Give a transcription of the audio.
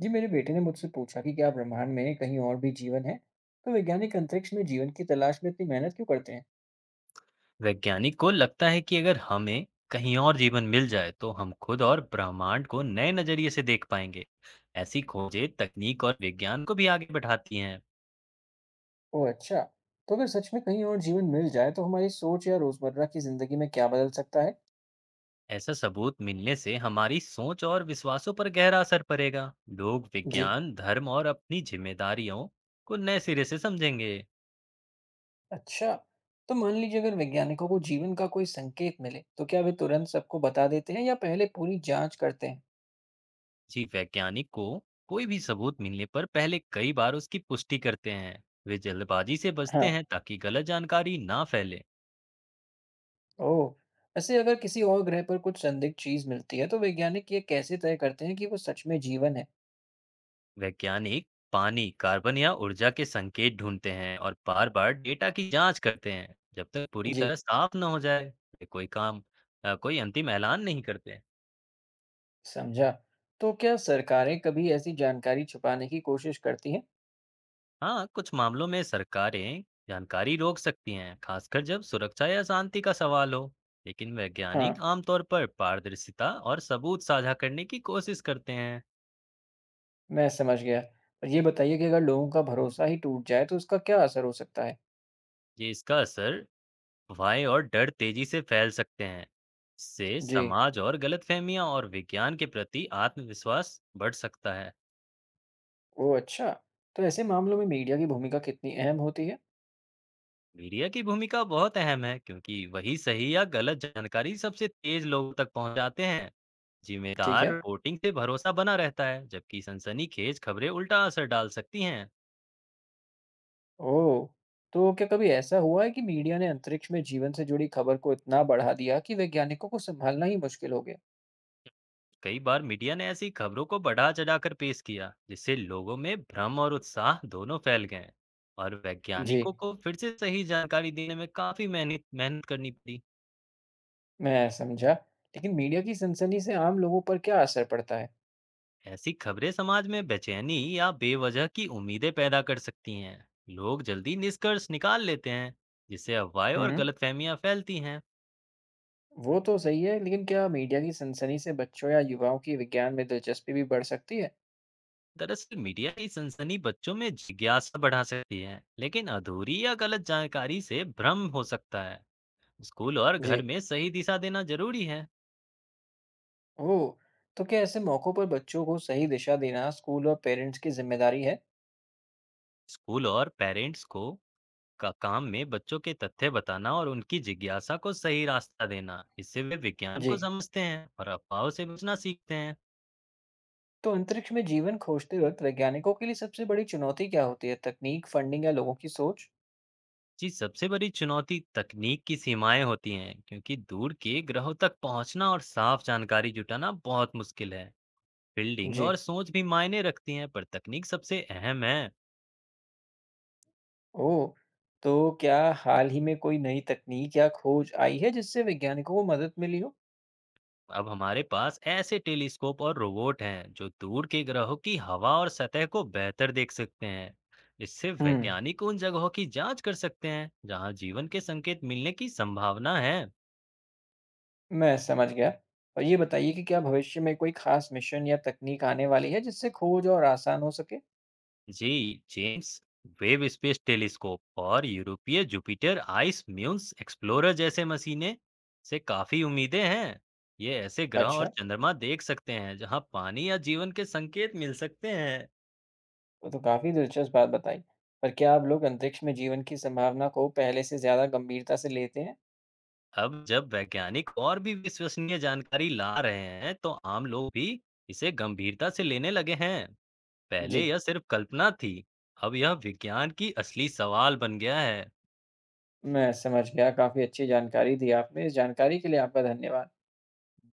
जी, मेरे बेटे ने मुझसे पूछा कि क्या ब्रह्मांड में कहीं और भी जीवन है। तो वैज्ञानिक अंतरिक्ष में जीवन की तलाश में इतनी मेहनत क्यों करते हैं? वैज्ञानिक को लगता है कि अगर हमें कहीं और जीवन मिल जाए तो हम खुद और ब्रह्मांड को नए नजरिए से देख पाएंगे। ऐसी खोजें तकनीक और विज्ञान को भी आगे बढ़ाती हैं। ओह, अच्छा। तो अगर सच में कहीं और जीवन मिल जाए तो हमारी सोच या रोजमर्रा की जिंदगी में क्या बदल सकता है? ऐसा सबूत मिलने से हमारी सोच और विश्वासों पर गहरा असर पड़ेगा। लोग जी। विज्ञान धर्म और अपनी जिम्मेदारियों को नए सिरे से समझेंगे। अच्छा। तो मान लीजिए, अगर वैज्ञानिकों को जीवन का कोई संकेत मिले तो क्या वे तुरंत सबको बता देते हैं या पहले पूरी जांच करते हैं? जी, वैज्ञानिक को कोई भी सबूत मिलने पर पहले कई बार उसकी पुष्टि करते हैं। वे जल्दबाजी से बचते हाँ। हैं ताकि गलत जानकारी ना फैले। ओह। ऐसे अगर किसी और ग्रह पर कुछ संदिग्ध चीज मिलती है तो वैज्ञानिक ये कैसे तय करते हैं कि वो सच में जीवन है? वैज्ञानिक पानी कार्बन या ऊर्जा के संकेत ढूंढते हैं और बार बार डेटा की जांच करते हैं जब तक पूरी तरह जी। साफ न हो जाए। वे कोई काम कोई अंतिम ऐलान नहीं करते। समझा। तो क्या सरकारें कभी ऐसी जानकारी छुपाने की कोशिश करती हैं? हाँ, कुछ मामलों में सरकारें जानकारी रोक सकती हैं, खासकर जब सुरक्षा या शांति का सवाल हो। लेकिन हाँ, वैज्ञानिक आमतौर पर पारदर्शिता और सबूत साझा करने की कोशिश करते हैं। मैं समझ गया। और ये बताइए कि अगर लोगों का भरोसा ही टूट जाए तो उसका क्या असर हो सकता है? ये इसका असर अफवाहें और डर तेजी से फैल सकते हैं। इससे जी, समाज और गलतफहमियां और विज्ञान के प्रति आत्मविश्वास बढ़ सकता है। ओह अच्छा। तो ऐसे मामलों में मीडिया की भूमिका कितनी अहम होती है? मीडिया की भूमिका बहुत अहम है क्योंकि वही सही या गलत जानकारी सबसे तेज लोगों तक पहुंचाते हैं। ठीक है। जिम्मेदार रिपोर्टिंग से भरोसा बना रहता है जबकि सनसनीखेज खबरें उल्टा असर डाल सकती हैं। ओह! तो क्या कभी ऐसा हुआ है कि मीडिया ने अंतरिक्ष में जीवन से जुड़ी खबर को इतना बढ़ा दिया कि वैज्ञानिकों को सँभालना ही मुश्किल हो गया? कई बार मीडिया ने ऐसी खबरों को बढ़ा चढ़ाकर पेश किया जिससे लोगों में भ्रम और उत्साह दोनों फैल गए। और जी, वैज्ञानिकों को फिर से सही जानकारी देने में काफी मेहनत मेहनत करनी पड़ी। मैं समझा। लेकिन मीडिया की सनसनी से आम लोगों पर क्या असर पड़ता है? ऐसी खबरें समाज में बेचैनी या बेवजह की उम्मीदें पैदा कर सकती हैं। लोग जल्दी निष्कर्ष निकाल लेते हैं जिससे अफवाहें और हुँ। गलतफहमियां फैलती हैं। वो तो सही है, लेकिन क्या मीडिया की सनसनी से बच्चों या युवाओं की विज्ञान में दिलचस्पी भी बढ़ सकती है? दरअसल मीडिया की सनसनी बच्चों में जिज्ञासा बढ़ा सकती है, लेकिन अधूरी या गलत जानकारी से भ्रम हो सकता है। स्कूल और जी। घर में सही दिशा देना जरूरी है। ओह! तो क्या ऐसे मौक़ों पर बच्चों को सही दिशा देना स्कूल और पेरेंट्स की ज़िम्मेदारी है? स्कूल और पेरेंट्स को का काम में बच्चों के तथ्य बताना और उनकी जिज्ञासा को सही रास्ता देना। इससे वे विज्ञान जी। को समझते हैं और अफवाहों से बचना सीखते हैं। तो अंतरिक्ष में जीवन खोजते वक़्त वैज्ञानिकों के लिए सबसे बड़ी चुनौती क्या होती है? तकनीक, फंडिंग या लोगों की सोच? जी, सबसे बड़ी चुनौती तकनीक की सीमाएं होती हैं क्योंकि दूर के ग्रहों तक पहुंचना और साफ जानकारी जुटाना बहुत मुश्किल है। फील्डिंग और जी। सोच भी मायने रखती हैं पर तकनीक सबसे अहम है। ओह! तो क्या हाल ही में कोई नई तकनीक या खोज आई है जिससे वैज्ञानिकों को मदद मिली हो? अब हमारे पास ऐसे टेलीस्कोप और रोबोट हैं जो दूर के ग्रहों की हवा और सतह को बेहतर देख सकते हैं। इससे हुँ। वैज्ञानिक उन जगहों की जांच कर सकते हैं जहां जीवन के संकेत मिलने की संभावना है। मैं समझ गया। और ये बताइए कि क्या भविष्य में कोई ख़ास मिशन या तकनीक आने वाली है जिससे खोज और आसान हो सके? जी, जेम्स वेब स्पेस टेलीस्कोप और यूरोपीय जुपिटर आइस म्यून्स एक्सप्लोरर जैसे मशीनें से काफी उम्मीदें हैं। ये ऐसे ग्रह और अच्छा, चंद्रमा देख सकते हैं जहां पानी या जीवन के संकेत मिल सकते हैं। वो तो काफ़ी दिलचस्प बात बताई। पर क्या अब लोग अंतरिक्ष में जीवन की संभावना को पहले से ज़्यादा गंभीरता से लेते हैं? अब जब वैज्ञानिक और भी विश्वसनीय जानकारी ला रहे हैं, तो आम लोग भी इसे गंभीरता से लेने लगे हैं। पहले जी, यह सिर्फ कल्पना थी, अब यह विज्ञान की असली सवाल बन गया है। मैं समझ गया। काफ़ी अच्छी जानकारी दी आपने। इस जानकारी के लिए आपका धन्यवाद।